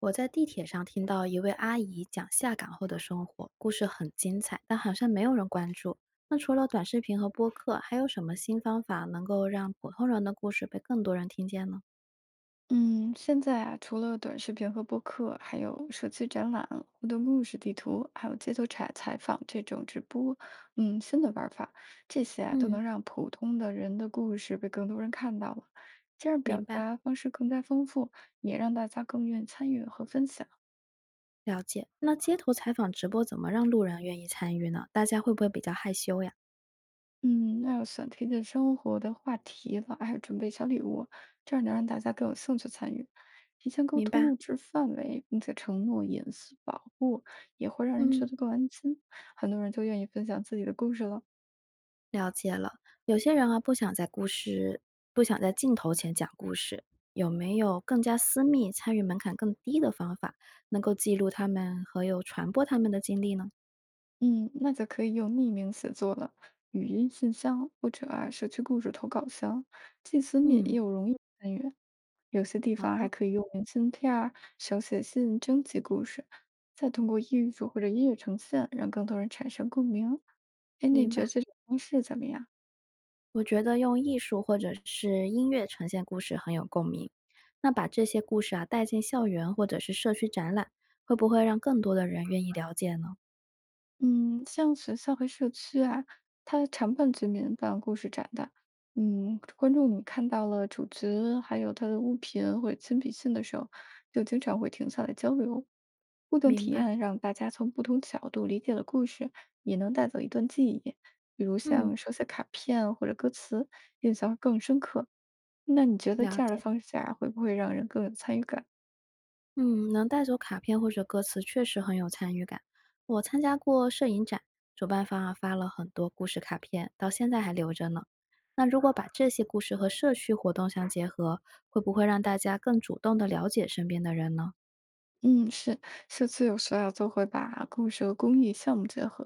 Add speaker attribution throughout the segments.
Speaker 1: 我在地铁上听到一位阿姨讲下岗后的生活，故事很精彩，但好像没有人关注。那除了短视频和播客，还有什么新方法能够让普通人的故事被更多人听见呢？
Speaker 2: 嗯，现在啊，除了短视频和播客，还有社区展览、互动故事、地图，还有街头采访这种直播，新的玩法，这些啊都
Speaker 1: 嗯，
Speaker 2: 能让普通的人的故事被更多人看到了，这样表
Speaker 1: 明白。
Speaker 2: 达方式更加丰富，也让大家更愿意参与和分享。
Speaker 1: 了解。那街头采访直播怎么让路人愿意参与呢？大家会不会比较害羞呀？
Speaker 2: 嗯，那要选贴近生活的话题了，还有准备小礼物，这样能让大家更有兴趣参与。提前沟
Speaker 1: 明
Speaker 2: 通
Speaker 1: 白。
Speaker 2: 录制范围，并且承诺隐私保护，也会让人
Speaker 1: 嗯，
Speaker 2: 觉得更安心。很多人就愿意分享自己的故事了。
Speaker 1: 了解了，有些人啊不想在故事不想在镜头前讲故事，有没有更加私密、参与门槛更低的方法，能够记录他们和有传播他们的经历呢？
Speaker 2: 嗯，那就可以用匿名写作了，语音信箱或者社区故事投稿箱，既私密
Speaker 1: 嗯，
Speaker 2: 又容易参与。有些地
Speaker 1: 好
Speaker 2: 方还
Speaker 1: 的，
Speaker 2: 可以用明信片儿、手写信征集故事，再通过艺术或者音乐呈现，让更多人产生共鸣。哎，你
Speaker 1: 明
Speaker 2: 觉得
Speaker 1: 白。
Speaker 2: 这种方式怎么样？
Speaker 1: 我觉得用艺术或者是音乐呈现故事很有共鸣。那把这些故事啊带进校园或者是社区展览，会不会让更多的人愿意了解呢？
Speaker 2: 嗯，像学校和社区啊，它常办居民办故事展的。嗯，观众你看到了主角，还有他的物品或者亲笔信的时候，就经常会停下来交流，互动
Speaker 1: 明
Speaker 2: 体
Speaker 1: 白，
Speaker 2: 验让大家从不同角度理解了故事，也能带走一段记忆。比如
Speaker 1: 嗯，
Speaker 2: 像手写卡片或者歌词，印象更深刻。那你觉得
Speaker 1: 了
Speaker 2: 这样的
Speaker 1: 解。
Speaker 2: 方式下，会不会让人更有参与感？
Speaker 1: 嗯，能带走卡片或者歌词确实很有参与感。我参加过摄影展，主办方啊发了很多故事卡片，到现在还留着呢。那如果把这些故事和社区活动相结合，会不会让大家更主动地了解身边的人呢？
Speaker 2: 嗯，是，社区有时啊就会把故事和公益项目结合，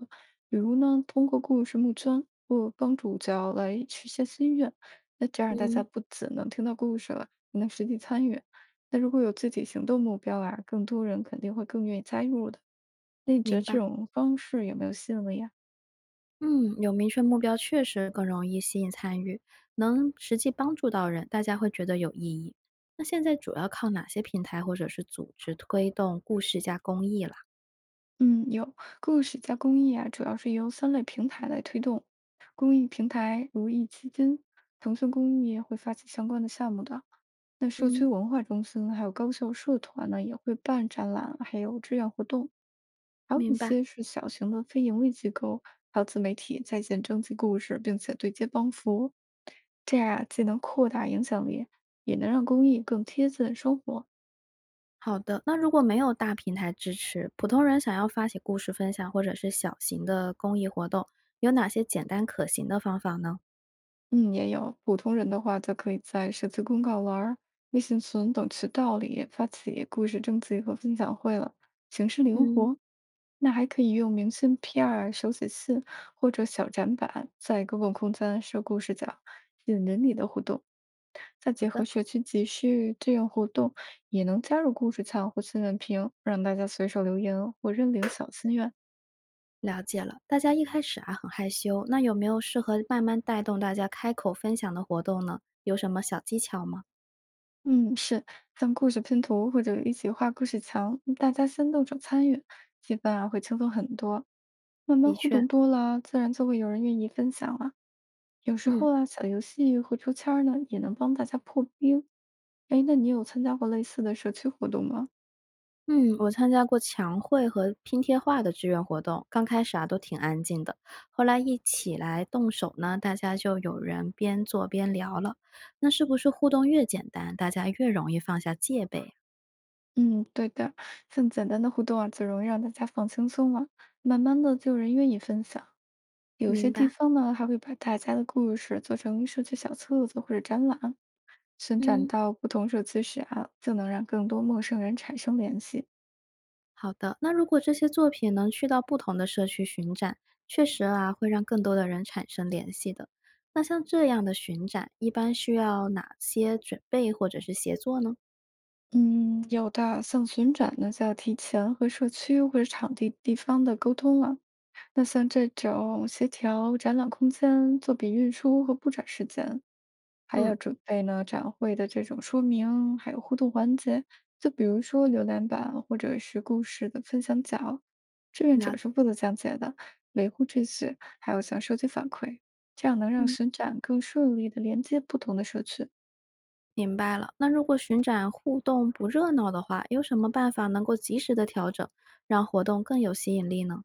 Speaker 2: 比如呢，通过故事募捐或帮助教来实现心愿。那这样大家
Speaker 1: 嗯，
Speaker 2: 不仅能听到故事了，也能实际参与。那如果有具体行动目标啊，更多人肯定会更愿意加入的。那你觉得
Speaker 1: 明
Speaker 2: 这
Speaker 1: 白。
Speaker 2: 种方式有没有吸引力呀？
Speaker 1: 嗯，有明确目标确实更容易吸引参与，能实际帮助到人，大家会觉得有意义。那现在主要靠哪些平台或者是组织推动故事加公益了？
Speaker 2: 嗯，有，故事加公益啊，主要是由三类平台来推动。公益平台如易基金、腾讯公益会发起相关的项目的。那社区
Speaker 1: 嗯，
Speaker 2: 文化中心还有高校社团呢，也会办展览，还有志愿活动，还有一
Speaker 1: 明白。
Speaker 2: 些是小型的非盈利机构，还有自媒体在线征集故事，并且对接帮扶。这样啊既能扩大影响力，也能让公益更贴近生活。
Speaker 1: 好的，那如果没有大平台支持，普通人想要发起故事分享或者是小型的公益活动，有哪些简单可行的方法呢？
Speaker 2: 嗯，也有普通人的话，则可以在社区公告栏儿微信群等渠道里发起故事征集和分享会了，形式灵
Speaker 1: 嗯，
Speaker 2: 活。那还可以用明信片儿、手写信或者小展板，在公共空间设故事角，吸引人里的互动。再
Speaker 1: 好
Speaker 2: 结合
Speaker 1: 的，
Speaker 2: 社区集市志愿活动，也能加入故事墙或心愿瓶，让大家随手留言或认领小心愿。
Speaker 1: 了解了，大家一开始啊很害羞，那有没有适合慢慢带动大家开口分享的活动呢？有什么小技巧吗？
Speaker 2: 嗯，是像故事拼图或者一起画故事墙，大家先动手参与，气氛啊会轻松很多。慢慢
Speaker 1: 的
Speaker 2: 互
Speaker 1: 确，
Speaker 2: 动多了，自然就会有人愿意分享了。有时
Speaker 1: 嗯。
Speaker 2: 候啊，小游戏或抽签儿呢，也能帮大家破冰。哎，那你有参加过类似的社区活动吗？
Speaker 1: 嗯，我参加过墙绘和拼贴画的志愿活动，刚开始啊都挺安静的，后来一起来动手呢，大家就有人边做边聊了。那是不是互动越简单，大家越容易放下戒备啊？
Speaker 2: 嗯，对的，像简单的互动啊，就容易让大家放轻松了，慢慢的就有人愿意分享。有些
Speaker 1: 明
Speaker 2: 地
Speaker 1: 白，
Speaker 2: 方呢，还会把大家的故事做成社区小册子或者展览，巡展
Speaker 1: 嗯，
Speaker 2: 到不同社区时啊，就能让更多陌生人产生联系。
Speaker 1: 好的。那如果这些作品能去到不同的社区巡展，确实啊会让更多的人产生联系的。那像这样的巡展，一般需要哪些准备或者是协作呢？
Speaker 2: 嗯，有的像巡展呢，就要提前和社区或者场地地方的沟通了，那像这种协调展览空间、作品运输和布展时间，还
Speaker 1: 嗯，
Speaker 2: 要准备呢展会的这种说明，还有互动环节，就比如说浏览板或者是故事的分享角，志愿
Speaker 1: 了
Speaker 2: 者是
Speaker 1: 解，
Speaker 2: 负责讲解的，维护秩序，还有像社区反馈，这样能让
Speaker 1: 嗯。
Speaker 2: 巡展更顺利的连接不同的社区。
Speaker 1: 明白了。那如果巡展互动不热闹的话，有什么办法能够及时的调整，让活动更有吸引力呢？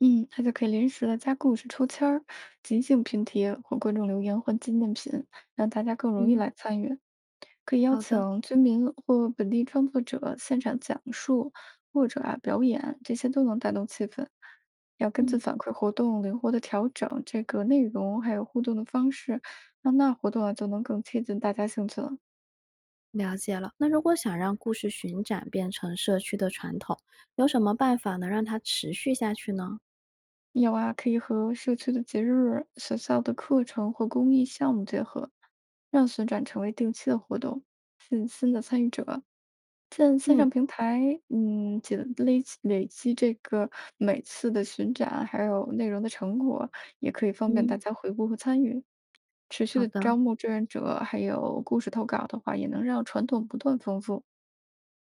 Speaker 2: 嗯，它就可以临时的加故事抽签儿、即兴拼贴或观众留言换纪念品，让大家更容易
Speaker 1: 嗯，
Speaker 2: 来参与。可以邀
Speaker 1: 好的，
Speaker 2: 请居民或本地创作者现场讲述，或者表演，这些都能带动气氛。要根据
Speaker 1: 嗯。
Speaker 2: 反馈活动灵活的调整这个内容，还有互动的方式，让那活动啊就能更贴近大家兴趣了。
Speaker 1: 了解了。那如果想让故事巡展变成社区的传统，有什么办法能让它持续下去呢？
Speaker 2: 有啊，可以和社区的节日、学校的课程或公益项目结合，让旋转成为定期的活动，吸引新的参与者。在线
Speaker 1: 嗯，
Speaker 2: 上平台，嗯，积累这个每次的巡展，还有内容的成果，也可以方便大
Speaker 1: 嗯
Speaker 2: 家回顾和参与。持续
Speaker 1: 好
Speaker 2: 的
Speaker 1: 的。
Speaker 2: 招募志愿者，还有故事投稿的话，也能让传统不断丰富。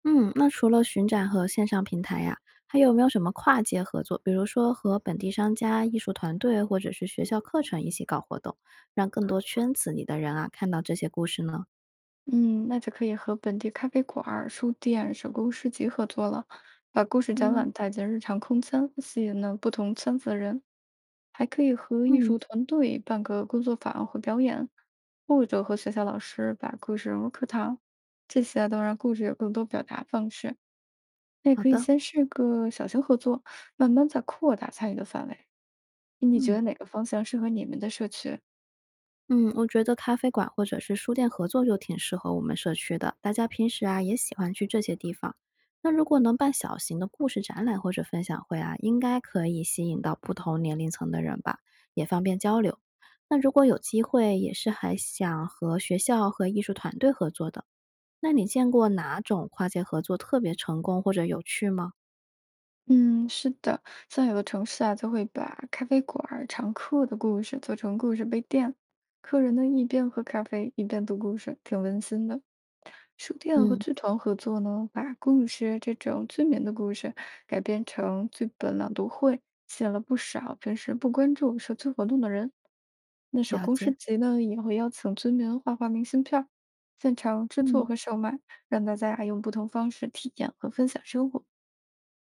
Speaker 1: 嗯，那除了巡展和线上平台呀、还有没有什么跨界合作？比如说和本地商家、艺术团队或者是学校课程一起搞活动，让更多圈子里的人啊看到这些故事呢？
Speaker 2: 嗯，那就可以和本地咖啡馆儿、书店、手工市集合作了，把故事展
Speaker 1: 嗯。
Speaker 2: 览带进日常空间，吸引了不同圈子的人。还可以和艺术
Speaker 1: 嗯，
Speaker 2: 团队办个工作坊或表演，或者和学校老师把故事融入课堂，这些啊都让故事有更多表达方式。那也
Speaker 1: 好
Speaker 2: 可以
Speaker 1: 的，
Speaker 2: 先试个小型合作，慢慢再扩大参与的范围。你觉
Speaker 1: 嗯
Speaker 2: 得哪个方向适合你们的社区？
Speaker 1: 嗯，我觉得咖啡馆或者是书店合作就挺适合我们社区的，大家平时啊也喜欢去这些地方。那如果能办小型的故事展览或者分享会啊，应该可以吸引到不同年龄层的人吧，也方便交流。那如果有机会，也是还想和学校和艺术团队合作的。那你见过哪种跨界合作特别成功或者有趣吗？
Speaker 2: 嗯，是的，像有的城市啊，就会把咖啡馆儿常客的故事做成故事杯垫，客人呢一边喝咖啡一边读故事，挺温馨的。书店和
Speaker 1: 嗯，
Speaker 2: 剧团合作呢，把故事这种居民的故事改编成剧本朗读会，吸引了不少平时不关注社区活动的人。那手
Speaker 1: 了
Speaker 2: 工市
Speaker 1: 解，
Speaker 2: 集呢，也会邀请居民画画明信片儿，现场制作
Speaker 1: 嗯。
Speaker 2: 和售卖，让大家啊用不同方式体验和分享生活。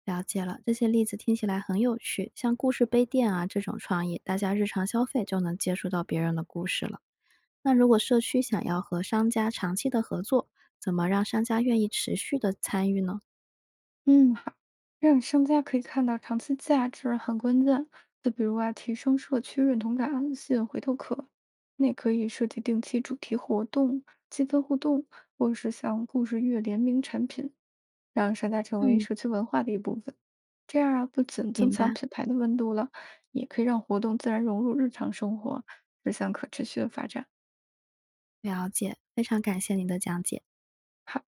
Speaker 1: 了解了，这些例子听起来很有趣，像故事杯垫啊这种创意，大家日常消费就能接触到别人的故事了。那如果社区想要和商家长期的合作，怎么让商家愿意持续的参与呢？
Speaker 2: 嗯，好，让商家可以看到长期价值很关键。就比如啊，提升社区认同感，吸引回头客，那也可以设计定期主题活动、积分互动，或是像故事月联名产品，让商家成为
Speaker 1: 嗯，
Speaker 2: 社区文化的一部分。这样啊，不仅增
Speaker 1: 明
Speaker 2: 强
Speaker 1: 白，
Speaker 2: 品牌的温度了，也可以让活动自然融入日常生活，实现可持续的发展。
Speaker 1: 了解，非常感谢您的讲解。
Speaker 2: 好。